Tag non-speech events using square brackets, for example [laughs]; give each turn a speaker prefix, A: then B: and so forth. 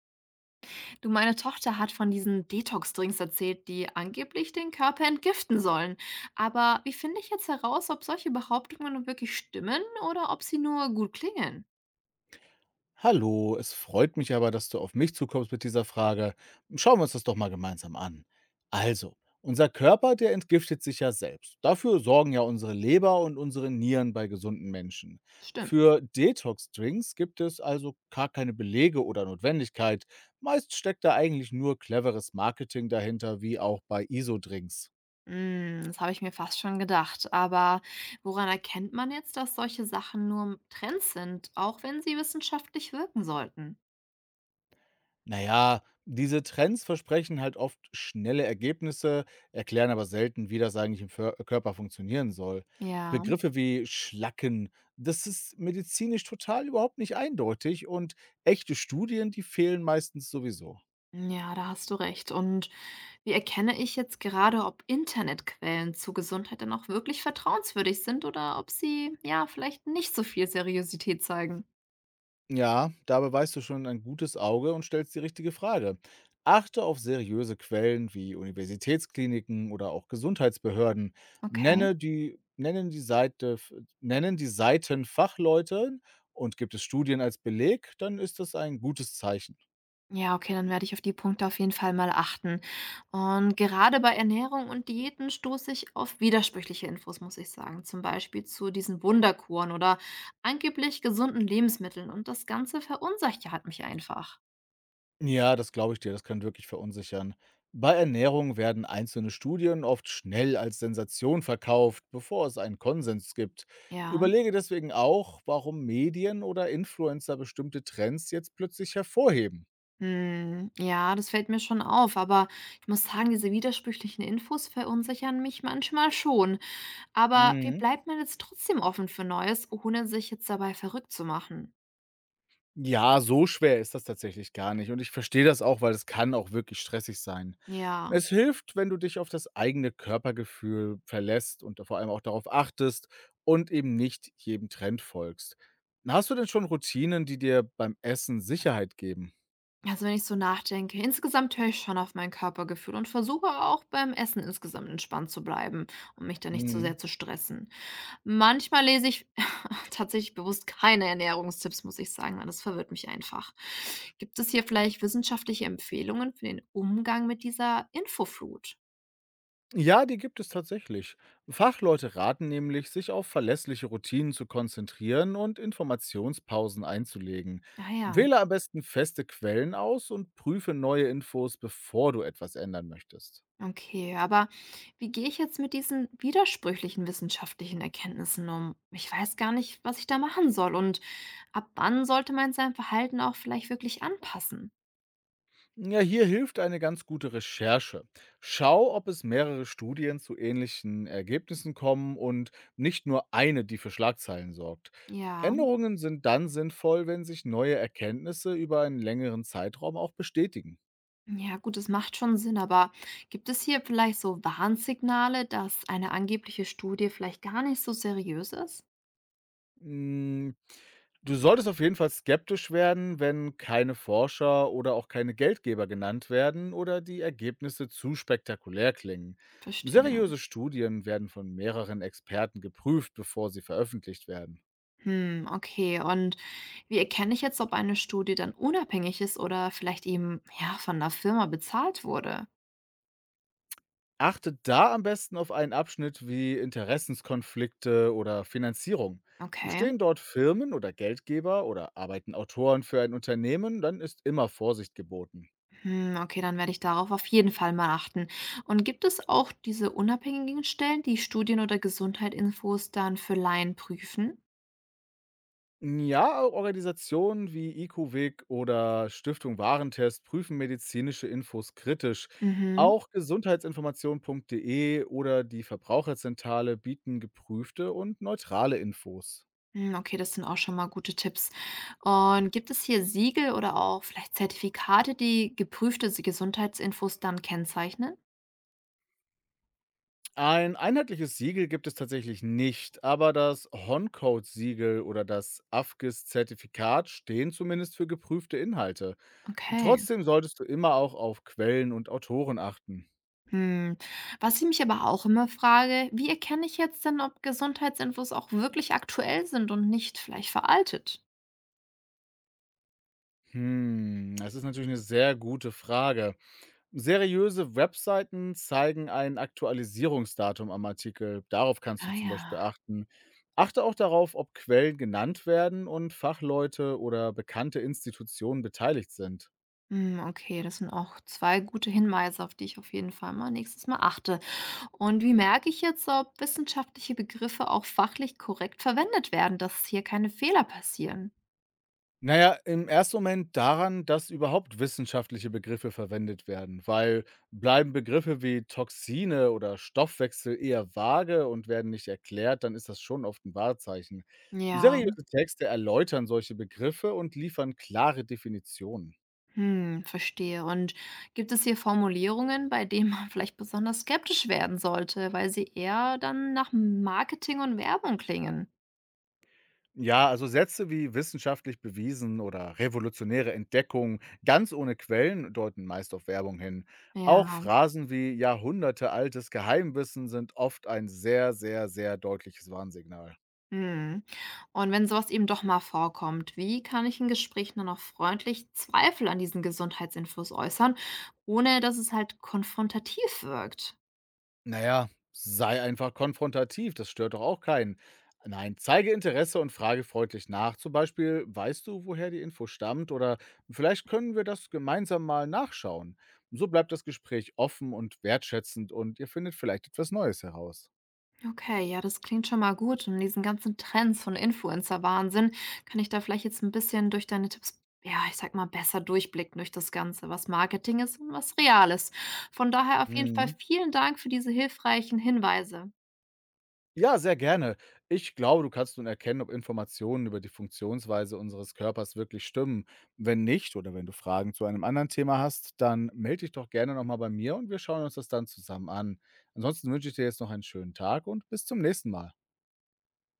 A: Du, meine Tochter hat von diesen Detox-Drinks erzählt, die angeblich den Körper entgiften sollen. Aber wie finde ich jetzt heraus, ob solche Behauptungen nun wirklich stimmen oder ob sie nur gut klingen?
B: Hallo, es freut mich aber, dass du auf mich zukommst mit dieser Frage. Schauen wir uns das doch mal gemeinsam an. Also, unser Körper, der entgiftet sich ja selbst. Dafür sorgen ja unsere Leber und unsere Nieren bei gesunden Menschen.
A: Stimmt.
B: Für Detox-Drinks gibt es also gar keine Belege oder Notwendigkeit. Meist steckt da eigentlich nur cleveres Marketing dahinter, wie auch bei ISO-Drinks.
A: Hm, das habe ich mir fast schon gedacht. Aber woran erkennt man jetzt, dass solche Sachen nur Trends sind, auch wenn sie wissenschaftlich wirken sollten?
B: Na ja, diese Trends versprechen halt oft schnelle Ergebnisse, erklären aber selten, wie das eigentlich im Körper funktionieren soll.
A: Ja.
B: Begriffe wie Schlacken, das ist medizinisch total überhaupt nicht eindeutig und echte Studien, die fehlen meistens sowieso.
A: Ja, da hast du recht. Und wie erkenne ich jetzt gerade, ob Internetquellen zur Gesundheit dann auch wirklich vertrauenswürdig sind oder ob sie ja vielleicht nicht so viel Seriosität zeigen?
B: Ja, da beweist du schon ein gutes Auge und stellst die richtige Frage. Achte auf seriöse Quellen wie Universitätskliniken oder auch Gesundheitsbehörden.
A: Okay.
B: Nenne die, nennen, die Seite, f- Nennen die Seiten Fachleute und gibt es Studien als Beleg, dann ist das ein gutes Zeichen.
A: Ja, okay, dann werde ich auf die Punkte auf jeden Fall mal achten. Und gerade bei Ernährung und Diäten stoße ich auf widersprüchliche Infos, muss ich sagen. Zum Beispiel zu diesen Wunderkuren oder angeblich gesunden Lebensmitteln. Und das Ganze verunsichert mich einfach.
B: Ja, das glaube ich dir, das kann wirklich verunsichern. Bei Ernährung werden einzelne Studien oft schnell als Sensation verkauft, bevor es einen Konsens gibt.
A: Ja.
B: Überlege deswegen auch, warum Medien oder Influencer bestimmte Trends jetzt plötzlich hervorheben.
A: Hm, ja, das fällt mir schon auf, aber ich muss sagen, diese widersprüchlichen Infos verunsichern mich manchmal schon. Aber wie
B: Mhm.
A: bleibt man jetzt trotzdem offen für Neues, ohne sich jetzt dabei verrückt zu machen?
B: Ja, so schwer ist das tatsächlich gar nicht und ich verstehe das auch, weil es kann auch wirklich stressig sein.
A: Ja,
B: Es hilft, wenn du dich auf das eigene Körpergefühl verlässt und vor allem auch darauf achtest und eben nicht jedem Trend folgst. Hast du denn schon Routinen, die dir beim Essen Sicherheit geben?
A: also wenn ich so nachdenke, insgesamt höre ich schon auf mein Körpergefühl und versuche auch beim Essen insgesamt entspannt zu bleiben, um mich da nicht so
B: Mhm.
A: sehr zu stressen. Manchmal lese ich [laughs] tatsächlich bewusst keine Ernährungstipps, muss ich sagen, weil das verwirrt mich einfach. Gibt es hier vielleicht wissenschaftliche Empfehlungen für den Umgang mit dieser Infoflut?
B: Ja, die gibt es tatsächlich. Fachleute raten nämlich, sich auf verlässliche Routinen zu konzentrieren und Informationspausen einzulegen.
A: Ja, ja,
B: Wähle am besten feste Quellen aus und prüfe neue Infos, bevor du etwas ändern möchtest.
A: okay. Aber wie gehe ich jetzt mit diesen widersprüchlichen wissenschaftlichen Erkenntnissen um? Ich weiß gar nicht, was ich da machen soll, und ab wann sollte man sein Verhalten auch vielleicht wirklich anpassen?
B: Ja, hier hilft eine ganz gute Recherche. Schau, ob es mehrere Studien zu ähnlichen Ergebnissen kommen und nicht nur eine, die für Schlagzeilen sorgt.
A: Ja.
B: Änderungen sind dann sinnvoll, wenn sich neue Erkenntnisse über einen längeren Zeitraum auch bestätigen.
A: Ja, gut, das macht schon Sinn, aber gibt es hier vielleicht so Warnsignale, dass eine angebliche Studie vielleicht gar nicht so seriös ist?
B: Hm, du solltest auf jeden Fall skeptisch werden, wenn keine Forscher oder auch keine Geldgeber genannt werden oder die Ergebnisse zu spektakulär klingen.
A: Verstehe.
B: Seriöse Studien werden von mehreren Experten geprüft, bevor sie veröffentlicht werden.
A: Hm, okay. Und wie erkenne ich jetzt, ob eine Studie dann unabhängig ist oder vielleicht eben ja von der Firma bezahlt wurde?
B: Achte da am besten auf einen Abschnitt wie Interessenskonflikte oder Finanzierung.
A: Okay.
B: Stehen dort Firmen oder Geldgeber oder arbeiten Autoren für ein Unternehmen, dann ist immer Vorsicht geboten.
A: Hm, okay, dann werde ich darauf auf jeden Fall mal achten. Und gibt es auch diese unabhängigen Stellen, die Studien oder Gesundheitsinfos dann für Laien prüfen?
B: Ja, Organisationen wie IQ-Weg oder Stiftung Warentest prüfen medizinische Infos kritisch.
A: Mhm.
B: Auch gesundheitsinformation.de oder die Verbraucherzentrale bieten geprüfte und neutrale Infos.
A: Hm, okay, das sind auch schon mal gute Tipps. Und gibt es hier Siegel oder auch vielleicht Zertifikate, die geprüfte Gesundheitsinfos dann kennzeichnen?
B: Ein einheitliches Siegel gibt es tatsächlich nicht, aber das Honcode-Siegel oder das AFGIS-Zertifikat stehen zumindest für geprüfte Inhalte. Und
A: Okay.
B: trotzdem solltest du immer auch auf Quellen und Autoren achten.
A: Hm. Was ich mich aber auch immer frage, wie erkenne ich jetzt denn, ob Gesundheitsinfos auch wirklich aktuell sind und nicht vielleicht veraltet?
B: Hm, das ist natürlich eine sehr gute Frage. Seriöse Webseiten zeigen ein Aktualisierungsdatum am Artikel. Darauf kannst du
A: Ah
B: zum Beispiel
A: ja.
B: achten. Achte auch darauf, ob Quellen genannt werden und Fachleute oder bekannte Institutionen beteiligt sind.
A: Hm, okay, das sind auch zwei gute Hinweise, auf die ich auf jeden Fall mal nächstes Mal achte. Und wie merke ich jetzt, ob wissenschaftliche Begriffe auch fachlich korrekt verwendet werden, dass hier keine Fehler passieren?
B: Naja, im ersten Moment daran, dass überhaupt wissenschaftliche Begriffe verwendet werden, weil bleiben Begriffe wie Toxine oder Stoffwechsel eher vage und werden nicht erklärt, dann ist das schon oft ein Wahrzeichen.
A: Ja,
B: Seriöse Texte erläutern solche Begriffe und liefern klare Definitionen.
A: hm, verstehe. Und gibt es hier Formulierungen, bei denen man [laughs] vielleicht besonders skeptisch werden sollte, weil sie eher dann nach Marketing und Werbung klingen?
B: Ja, also Sätze wie wissenschaftlich bewiesen oder revolutionäre Entdeckung ganz ohne Quellen deuten meist auf Werbung hin.
A: Ja,
B: Auch Phrasen wie Jahrhunderte altes Geheimwissen sind oft ein sehr deutliches Warnsignal.
A: hm. Und wenn sowas eben doch mal vorkommt, wie kann ich in Gesprächen dann auch freundlich Zweifel an diesen Gesundheitsinfos äußern, ohne dass es halt konfrontativ wirkt?
B: Naja, sei einfach konfrontativ, das stört doch auch keinen. Nein, zeige Interesse und frage freundlich nach. Zum Beispiel, weißt du, woher die Info stammt? Oder vielleicht können wir das gemeinsam mal nachschauen. So bleibt das Gespräch offen und wertschätzend und ihr findet vielleicht etwas Neues heraus.
A: Okay, ja, das klingt schon mal gut. Und diesen ganzen Trends von Influencer-Wahnsinn, kann ich da vielleicht jetzt ein bisschen durch deine Tipps, ja, ich sag mal, besser durchblicken durch das Ganze, was Marketing ist und was real ist. Von daher auf jeden Fall
B: Mhm.
A: vielen Dank für diese hilfreichen Hinweise.
B: Ja, sehr gerne. Ich glaube, du kannst nun erkennen, ob Informationen über die Funktionsweise unseres Körpers wirklich stimmen. Wenn nicht oder wenn du Fragen zu einem anderen Thema hast, dann melde dich doch gerne nochmal bei mir und wir schauen uns das dann zusammen an. Ansonsten wünsche ich dir jetzt noch einen schönen Tag und bis zum nächsten Mal.